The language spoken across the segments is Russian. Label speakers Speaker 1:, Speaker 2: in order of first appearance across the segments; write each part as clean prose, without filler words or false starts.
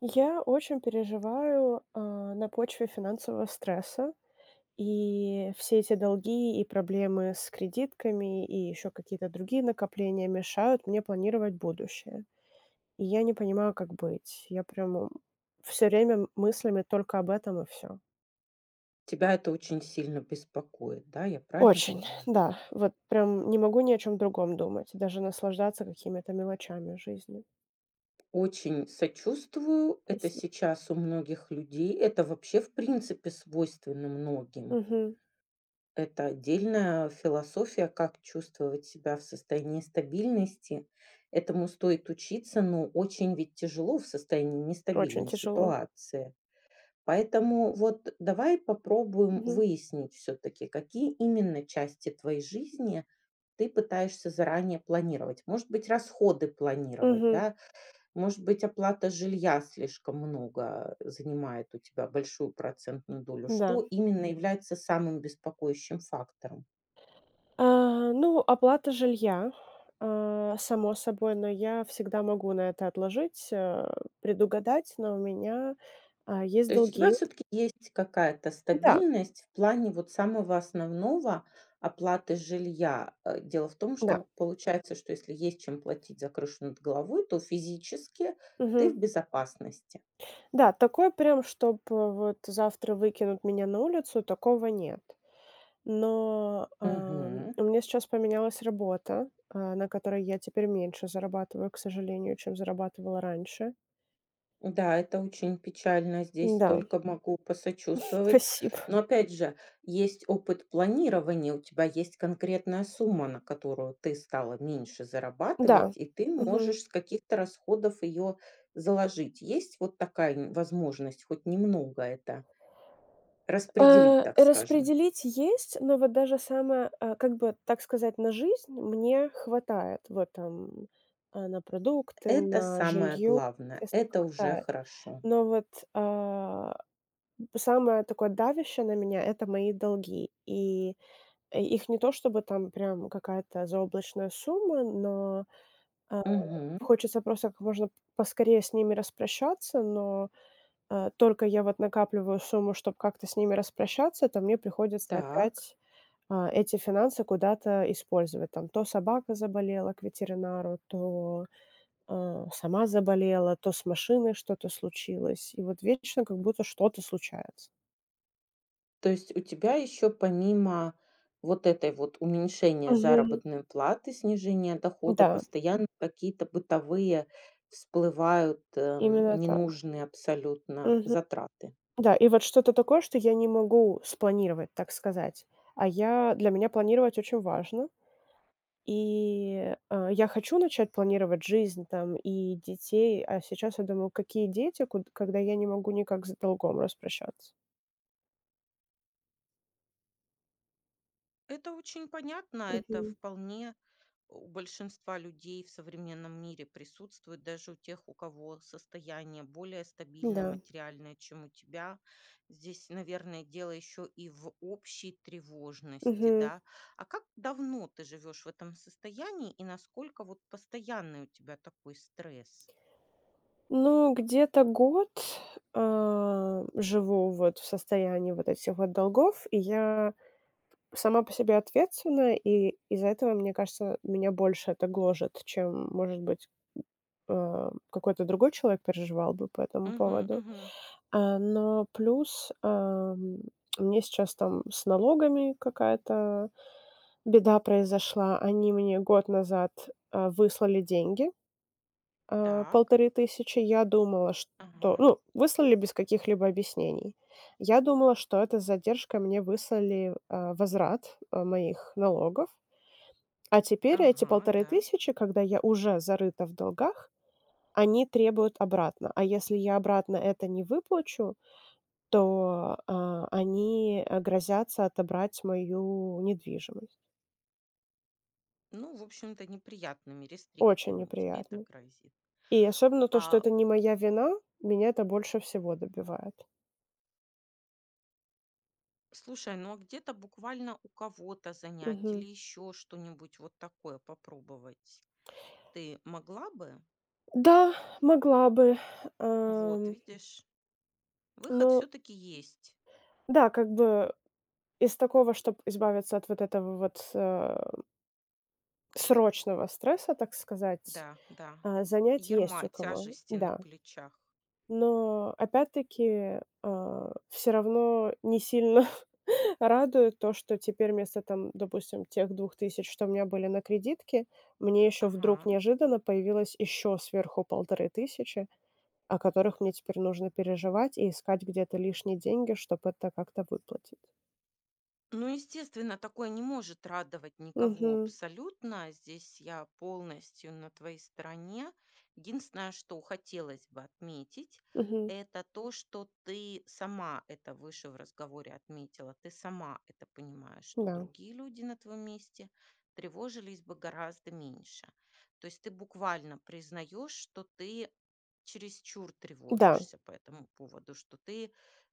Speaker 1: Я очень переживаю, на почве финансового стресса, и все эти долги и проблемы с кредитками, и еще какие-то другие накопления мешают мне планировать будущее. И я не понимаю, как быть. Все время мыслями только об этом и все.
Speaker 2: Тебя это очень сильно беспокоит, да, я правильно
Speaker 1: Очень,
Speaker 2: понимаю?
Speaker 1: да, вот прям не могу ни о чем другом думать, даже наслаждаться какими-то мелочами жизни.
Speaker 2: Очень сочувствую. Это
Speaker 1: Спасибо.
Speaker 2: сейчас у многих людей. Это вообще, в принципе, свойственно многим.
Speaker 1: Мгм.
Speaker 2: Это отдельная философия, как чувствовать себя в состоянии стабильности. Этому стоит учиться, но очень ведь тяжело в состоянии
Speaker 1: Очень
Speaker 2: нестабильной
Speaker 1: тяжело.
Speaker 2: ситуации. Поэтому вот давай попробуем
Speaker 1: Мгм.
Speaker 2: выяснить все-таки, какие именно части твоей жизни ты пытаешься заранее планировать. Может быть, расходы планировать,
Speaker 1: Мгм.
Speaker 2: да? Может быть, оплата жилья слишком много занимает у тебя большую процентную долю.
Speaker 1: Да.
Speaker 2: Что именно является самым беспокоящим фактором?
Speaker 1: Ну, оплата жилья, само собой, но я всегда могу на это отложить, предугадать, есть
Speaker 2: То есть у тебя
Speaker 1: долги.
Speaker 2: все таки есть какая-то
Speaker 1: Да,
Speaker 2: стабильность в плане вот самого основного — оплаты жилья. Дело в том,
Speaker 1: да.
Speaker 2: что получается, что если есть чем платить за крышу над головой, то физически ты
Speaker 1: Мгм.
Speaker 2: в безопасности.
Speaker 1: Да, такое прям, чтобы вот завтра выкинут меня на улицу, такого нет. Но
Speaker 2: Мгм.
Speaker 1: у меня сейчас поменялась работа, на которой я теперь меньше зарабатываю, к сожалению, чем зарабатывала раньше.
Speaker 2: Да, это очень печально, здесь
Speaker 1: Да,
Speaker 2: только могу посочувствовать.
Speaker 1: спасибо.
Speaker 2: Но опять же, есть опыт планирования, у тебя есть конкретная сумма, на которую ты стала меньше
Speaker 1: Да.
Speaker 2: зарабатывать, и ты
Speaker 1: Мгм.
Speaker 2: можешь с каких-то расходов ее заложить. Есть вот такая возможность хоть немного это распределить, так скажем.
Speaker 1: Распределить есть, но вот даже самое, как бы, так сказать, на жизнь мне хватает. Вот там, на продукты,
Speaker 2: Это
Speaker 1: на
Speaker 2: самое
Speaker 1: жилье,
Speaker 2: главное,
Speaker 1: естественно,
Speaker 2: это уже
Speaker 1: хватает.
Speaker 2: хорошо.
Speaker 1: Но вот, а, самое такое давящее на меня — это мои долги. Их не то чтобы там прям какая-то заоблачная сумма, но, а,
Speaker 2: Мгм.
Speaker 1: хочется просто как можно поскорее с ними распрощаться, но… Только я вот накапливаю сумму, чтобы как-то с ними распрощаться, то мне приходится
Speaker 2: Так.
Speaker 1: опять, эти финансы куда-то использовать. Там то собака заболела к ветеринару, то сама заболела, то с машиной что-то случилось. И вот вечно как будто что-то случается.
Speaker 2: То есть у тебя еще помимо вот этой вот уменьшения
Speaker 1: Мгм.
Speaker 2: заработной платы, снижения дохода,
Speaker 1: Да,
Speaker 2: постоянно какие-то бытовые всплывают,
Speaker 1: именно так.
Speaker 2: ненужные абсолютно
Speaker 1: Мгм.
Speaker 2: затраты.
Speaker 1: Да, и вот что-то такое, что я не могу спланировать, так сказать. А я, для меня планировать очень важно. Я хочу начать планировать жизнь там и детей, а сейчас я думаю: какие дети, куд когда я не могу никак с долгом распрощаться?
Speaker 2: Это очень понятно, это
Speaker 1: Мгм.
Speaker 2: вполне у большинства людей в современном мире присутствует, даже у тех, у кого состояние более стабильное
Speaker 1: Да.
Speaker 2: материальное, чем у тебя. Здесь, наверное, дело еще и в общей тревожности,
Speaker 1: Мгм.
Speaker 2: да. А как давно ты живешь в этом состоянии и насколько вот постоянный у тебя такой стресс?
Speaker 1: Ну, где-то год, живу вот в состоянии вот этих вот долгов, и я сама по себе ответственная, и из-за этого, мне кажется, меня больше это гложет, чем, может быть, какой-то другой человек переживал бы по этому
Speaker 2: Мгм,
Speaker 1: поводу.
Speaker 2: мгм.
Speaker 1: Но плюс, у сейчас там с налогами какая-то беда произошла. Они мне год назад выслали деньги,
Speaker 2: Так,
Speaker 1: 1500. Я думала, что…
Speaker 2: ага,
Speaker 1: ну, выслали без каких-либо объяснений. Я думала, что это с задержкой мне выслали, возврат, моих налогов. А теперь эти
Speaker 2: ага,
Speaker 1: полторы
Speaker 2: да.
Speaker 1: тысячи когда я уже зарыта в долгах, они требуют обратно. А если я обратно это не выплачу, то они грозятся отобрать мою недвижимость.
Speaker 2: Ну, в общем-то, неприятными
Speaker 1: Очень
Speaker 2: рестрикциями тебе это
Speaker 1: неприятно.
Speaker 2: грозит.
Speaker 1: И особенно то, что
Speaker 2: А
Speaker 1: это не моя вина, меня это больше всего добивает.
Speaker 2: Слушай, ну а где-то буквально у кого-то занять
Speaker 1: Мгм.
Speaker 2: или еще что-нибудь вот такое попробовать ты могла бы?
Speaker 1: Да, могла бы.
Speaker 2: Вот,
Speaker 1: Ам,
Speaker 2: видишь, выход
Speaker 1: ну
Speaker 2: все-таки есть.
Speaker 1: да, как бы из такого, чтобы избавиться от вот этого вот, срочного стресса, так сказать,
Speaker 2: Да, да.
Speaker 1: занять
Speaker 2: Ерма
Speaker 1: есть у кого,
Speaker 2: тяжести на
Speaker 1: да.
Speaker 2: плечах.
Speaker 1: Но опять-таки, все равно не сильно. Радует то, что теперь вместо там, допустим, тех 2000, что у меня были на кредитке, мне еще вдруг
Speaker 2: Ага.
Speaker 1: неожиданно появилось еще сверху 1500, о которых мне теперь нужно переживать и искать где-то лишние деньги, чтобы это как-то выплатить.
Speaker 2: Ну, естественно, такое не может радовать никого
Speaker 1: Мгм.
Speaker 2: абсолютно. Здесь я полностью на твоей стороне. Единственное, что хотелось бы отметить,
Speaker 1: Мгм.
Speaker 2: это то, что ты сама это выше в разговоре отметила. Ты сама это понимаешь, что
Speaker 1: Да.
Speaker 2: другие люди на твоем месте тревожились бы гораздо меньше. То есть ты буквально признаешь, что ты чересчур
Speaker 1: Да,
Speaker 2: тревожишься по этому поводу, что ты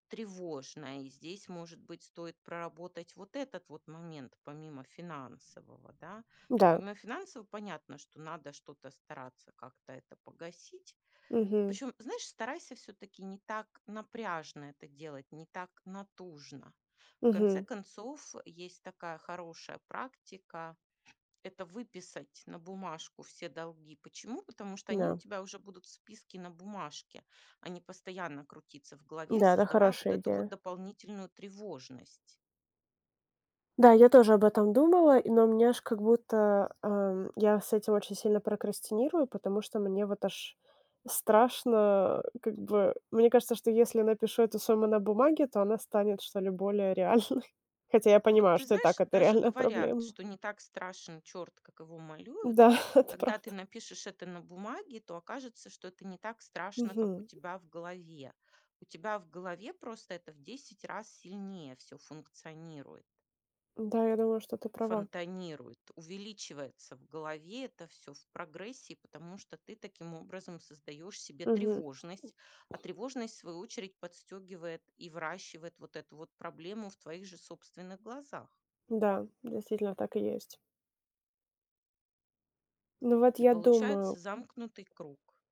Speaker 2: тревожно. И здесь, может быть, стоит проработать вот этот вот момент, помимо финансового, да.
Speaker 1: да.
Speaker 2: Помимо финансового, понятно, что надо что-то стараться как-то это погасить.
Speaker 1: Мгм.
Speaker 2: Причем, знаешь, старайся все-таки не так напряжно это делать, не так натужно. В конце
Speaker 1: Мгм.
Speaker 2: концов, есть такая хорошая практика — это выписать на бумажку все долги. Почему? Потому что они у
Speaker 1: Да.
Speaker 2: тебя уже будут в списке на бумажке, они постоянно крутиться в голове,
Speaker 1: Да, это
Speaker 2: создавая вот
Speaker 1: хорошая
Speaker 2: эту вот
Speaker 1: идея.
Speaker 2: дополнительную тревожность.
Speaker 1: Да, я тоже об этом думала, и но мне аж как будто, я с этим очень сильно прокрастинирую, потому что мне вот аж страшно, как бы мне кажется, что если напишу эту сумму на бумаге, то она станет, что ли, более реальной. Хотя я
Speaker 2: Вот
Speaker 1: понимаю,
Speaker 2: ты
Speaker 1: что и
Speaker 2: знаешь,
Speaker 1: так это
Speaker 2: даже
Speaker 1: реальная
Speaker 2: говорят,
Speaker 1: проблема.
Speaker 2: что не так страшен черт, как его малюют.
Speaker 1: Да, это
Speaker 2: Когда ты
Speaker 1: правда.
Speaker 2: напишешь это на бумаге, то окажется, что это не так страшно, как у
Speaker 1: Мгм.
Speaker 2: тебя в голове. У тебя в голове просто это в 10 раз сильнее все функционирует.
Speaker 1: Да, я думаю, что ты права.
Speaker 2: Фонтанирует, увеличивается в голове это все в прогрессии, потому что ты таким образом создаешь себе
Speaker 1: Мгм.
Speaker 2: тревожность, а тревожность, в свою очередь, подстегивает и выращивает вот эту вот проблему в твоих же собственных глазах.
Speaker 1: Да, действительно так и есть. Ну вот
Speaker 2: И
Speaker 1: я думаю,
Speaker 2: получается замкнутый круг.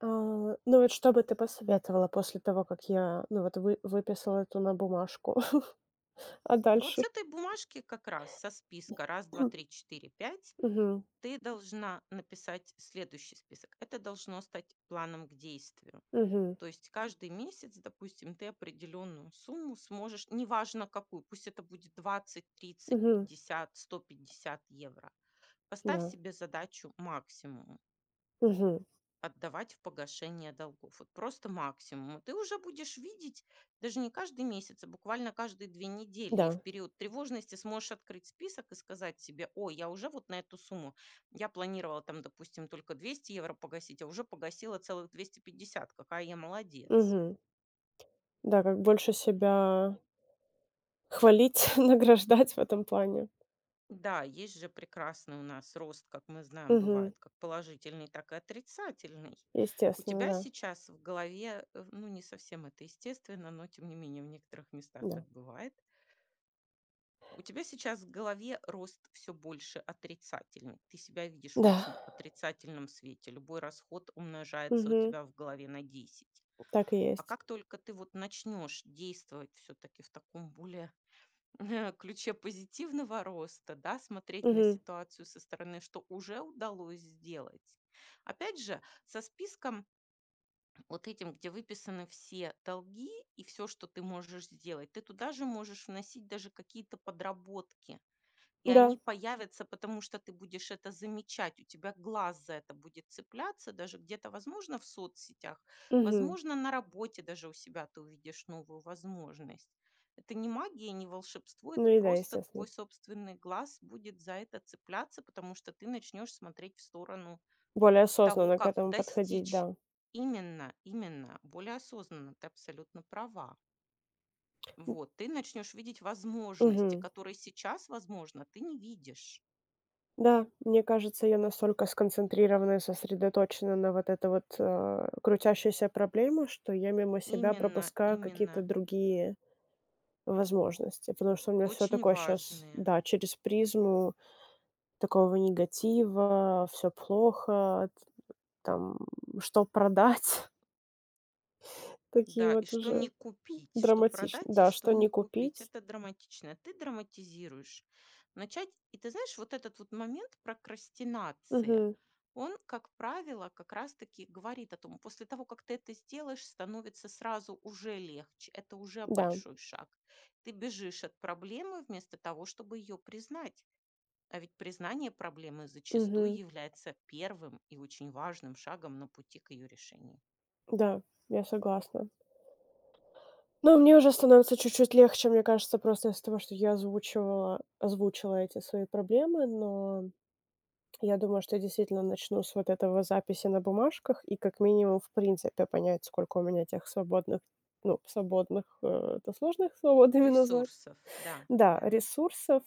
Speaker 1: а, ну вот, что бы ты посоветовала после того, как я, ну вот, вы выписала эту на бумажку? А
Speaker 2: Вот с
Speaker 1: дальше?
Speaker 2: этой бумажки как раз, со списка раз, 2, 3, 4, пять,
Speaker 1: Мгм.
Speaker 2: ты должна написать следующий список. Это должно стать планом к действию.
Speaker 1: Мгм.
Speaker 2: То есть каждый месяц, допустим, ты определенную сумму сможешь, неважно какую, пусть это будет 20, 30,
Speaker 1: Мгм.
Speaker 2: 50, 150 евро. Поставь
Speaker 1: Да.
Speaker 2: себе задачу максимум
Speaker 1: Мгм.
Speaker 2: отдавать в погашение долгов. Вот просто максимум. И ты уже будешь видеть даже не каждый месяц, а буквально каждые 2 недели. И в
Speaker 1: Да.
Speaker 2: период тревожности сможешь открыть список и сказать себе: о, я уже вот на эту сумму, я планировала там, допустим, только 200 евро погасить, а уже погасила целых 250. Какая я молодец.
Speaker 1: Мгм. Да, как больше себя хвалить, награждать в этом плане.
Speaker 2: Да, есть же прекрасный у нас рост, как мы знаем,
Speaker 1: Мгм.
Speaker 2: бывает как положительный, так и отрицательный. У
Speaker 1: Естественно,
Speaker 2: тебя
Speaker 1: да.
Speaker 2: сейчас в голове, ну, не совсем это естественно, но тем не менее в некоторых местах так
Speaker 1: Да.
Speaker 2: бывает. У тебя сейчас в голове рост все больше отрицательный. Ты себя видишь в
Speaker 1: Да.
Speaker 2: очень отрицательном свете. Любой расход умножается у
Speaker 1: Мгм.
Speaker 2: тебя в голове на 10.
Speaker 1: Так и
Speaker 2: А
Speaker 1: есть.
Speaker 2: как только ты вот начнешь действовать все-таки в таком более ключе позитивного роста, да, смотреть на
Speaker 1: Мгм.
Speaker 2: ситуацию со стороны, что уже удалось сделать. Опять же, со списком вот этим, где выписаны все долги и все, что ты можешь сделать, ты туда же можешь вносить даже какие-то подработки, и
Speaker 1: Да.
Speaker 2: они появятся, потому что ты будешь это замечать, у тебя глаз за это будет цепляться, даже где-то, возможно, в соцсетях,
Speaker 1: Мгм.
Speaker 2: возможно, на работе даже у себя ты увидишь новую возможность. Это не магия, не волшебство,
Speaker 1: Ну
Speaker 2: это
Speaker 1: и да,
Speaker 2: просто
Speaker 1: естественно.
Speaker 2: твой собственный глаз будет за это цепляться, потому что ты начнешь смотреть в сторону
Speaker 1: Более
Speaker 2: того,
Speaker 1: осознанно к
Speaker 2: как
Speaker 1: этому подходить,
Speaker 2: достичь.
Speaker 1: да.
Speaker 2: Именно, именно, более осознанно, ты абсолютно права.
Speaker 1: М.
Speaker 2: Вот, ты начнешь видеть возможности,
Speaker 1: Мгм.
Speaker 2: которые сейчас, возможно, ты не видишь.
Speaker 1: Да, мне кажется, я настолько сконцентрирована и сосредоточена на вот этой вот, крутящейся проблеме, что я мимо себя
Speaker 2: Именно,
Speaker 1: пропускаю какие-то
Speaker 2: именно.
Speaker 1: другие возможности. Потому что у меня все
Speaker 2: Очень
Speaker 1: такое сейчас,
Speaker 2: важные.
Speaker 1: да, через призму такого негатива, все плохо, т там, что продать, такие
Speaker 2: Да, и
Speaker 1: вот
Speaker 2: что не
Speaker 1: уже
Speaker 2: купить, что
Speaker 1: драматичные.
Speaker 2: продать и
Speaker 1: Да,
Speaker 2: что
Speaker 1: что
Speaker 2: не
Speaker 1: не
Speaker 2: купить.
Speaker 1: купить.
Speaker 2: Это драматично. Ты драматизируешь. Начать, и ты знаешь, вот этот вот момент прокрастинации,
Speaker 1: Мгм.
Speaker 2: он, как правило, как раз-таки говорит о том, после того, как ты это сделаешь, становится сразу уже легче. Это уже
Speaker 1: Да.
Speaker 2: большой шаг. Ты бежишь от проблемы вместо того, чтобы ее признать. А ведь признание проблемы зачастую
Speaker 1: Мгм.
Speaker 2: является первым и очень важным шагом на пути к ее решению.
Speaker 1: Да, я согласна. Ну, мне уже становится чуть-чуть легче, мне кажется, просто из-за того, что я озвучивала озвучила эти свои проблемы, но я думаю, что я действительно начну с вот этого записи на бумажках и как минимум, в принципе, понять, сколько у меня тех свободных, ну, свободных, это сложно их свободными назвать.
Speaker 2: Ресурсов, да,
Speaker 1: Да,
Speaker 2: да.
Speaker 1: ресурсов,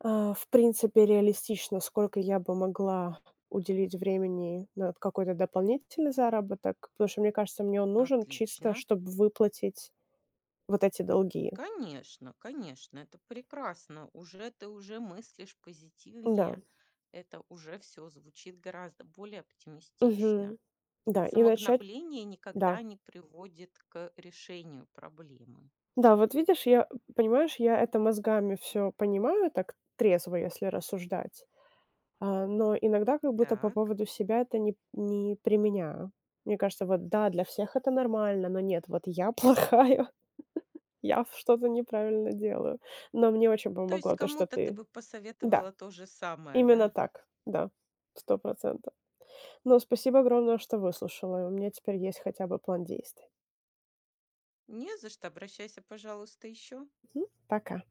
Speaker 1: в принципе, реалистично, сколько я бы могла уделить времени на вот какой-то дополнительный заработок, потому что, мне кажется, мне он нужен чисто,
Speaker 2: Отлично.
Speaker 1: чтобы выплатить вот эти долги.
Speaker 2: Конечно, конечно, это прекрасно. Уже ты уже мыслишь
Speaker 1: Да,
Speaker 2: позитивнее. Это уже все звучит гораздо более оптимистично.
Speaker 1: мгм. Да, и начать
Speaker 2: Самогнобление никогда
Speaker 1: да.
Speaker 2: не приводит к решению проблемы.
Speaker 1: Да, вот видишь, я, понимаешь, я это мозгами все понимаю, так трезво, если рассуждать, но иногда как будто по
Speaker 2: Так.
Speaker 1: поводу себя это не применяю. Мне кажется, вот да, для всех это нормально, но нет, вот я плохая, я что-то неправильно делаю. Но мне очень
Speaker 2: То есть
Speaker 1: помогло то, что
Speaker 2: кому-то ты
Speaker 1: ты…
Speaker 2: бы
Speaker 1: Да,
Speaker 2: посоветовала то же самое,
Speaker 1: именно
Speaker 2: да?
Speaker 1: так, да, 100%. Но спасибо огромное, что выслушала, и у меня теперь есть хотя бы план действий.
Speaker 2: Не за что, обращайся, пожалуйста, еще.
Speaker 1: Мгм. Пока.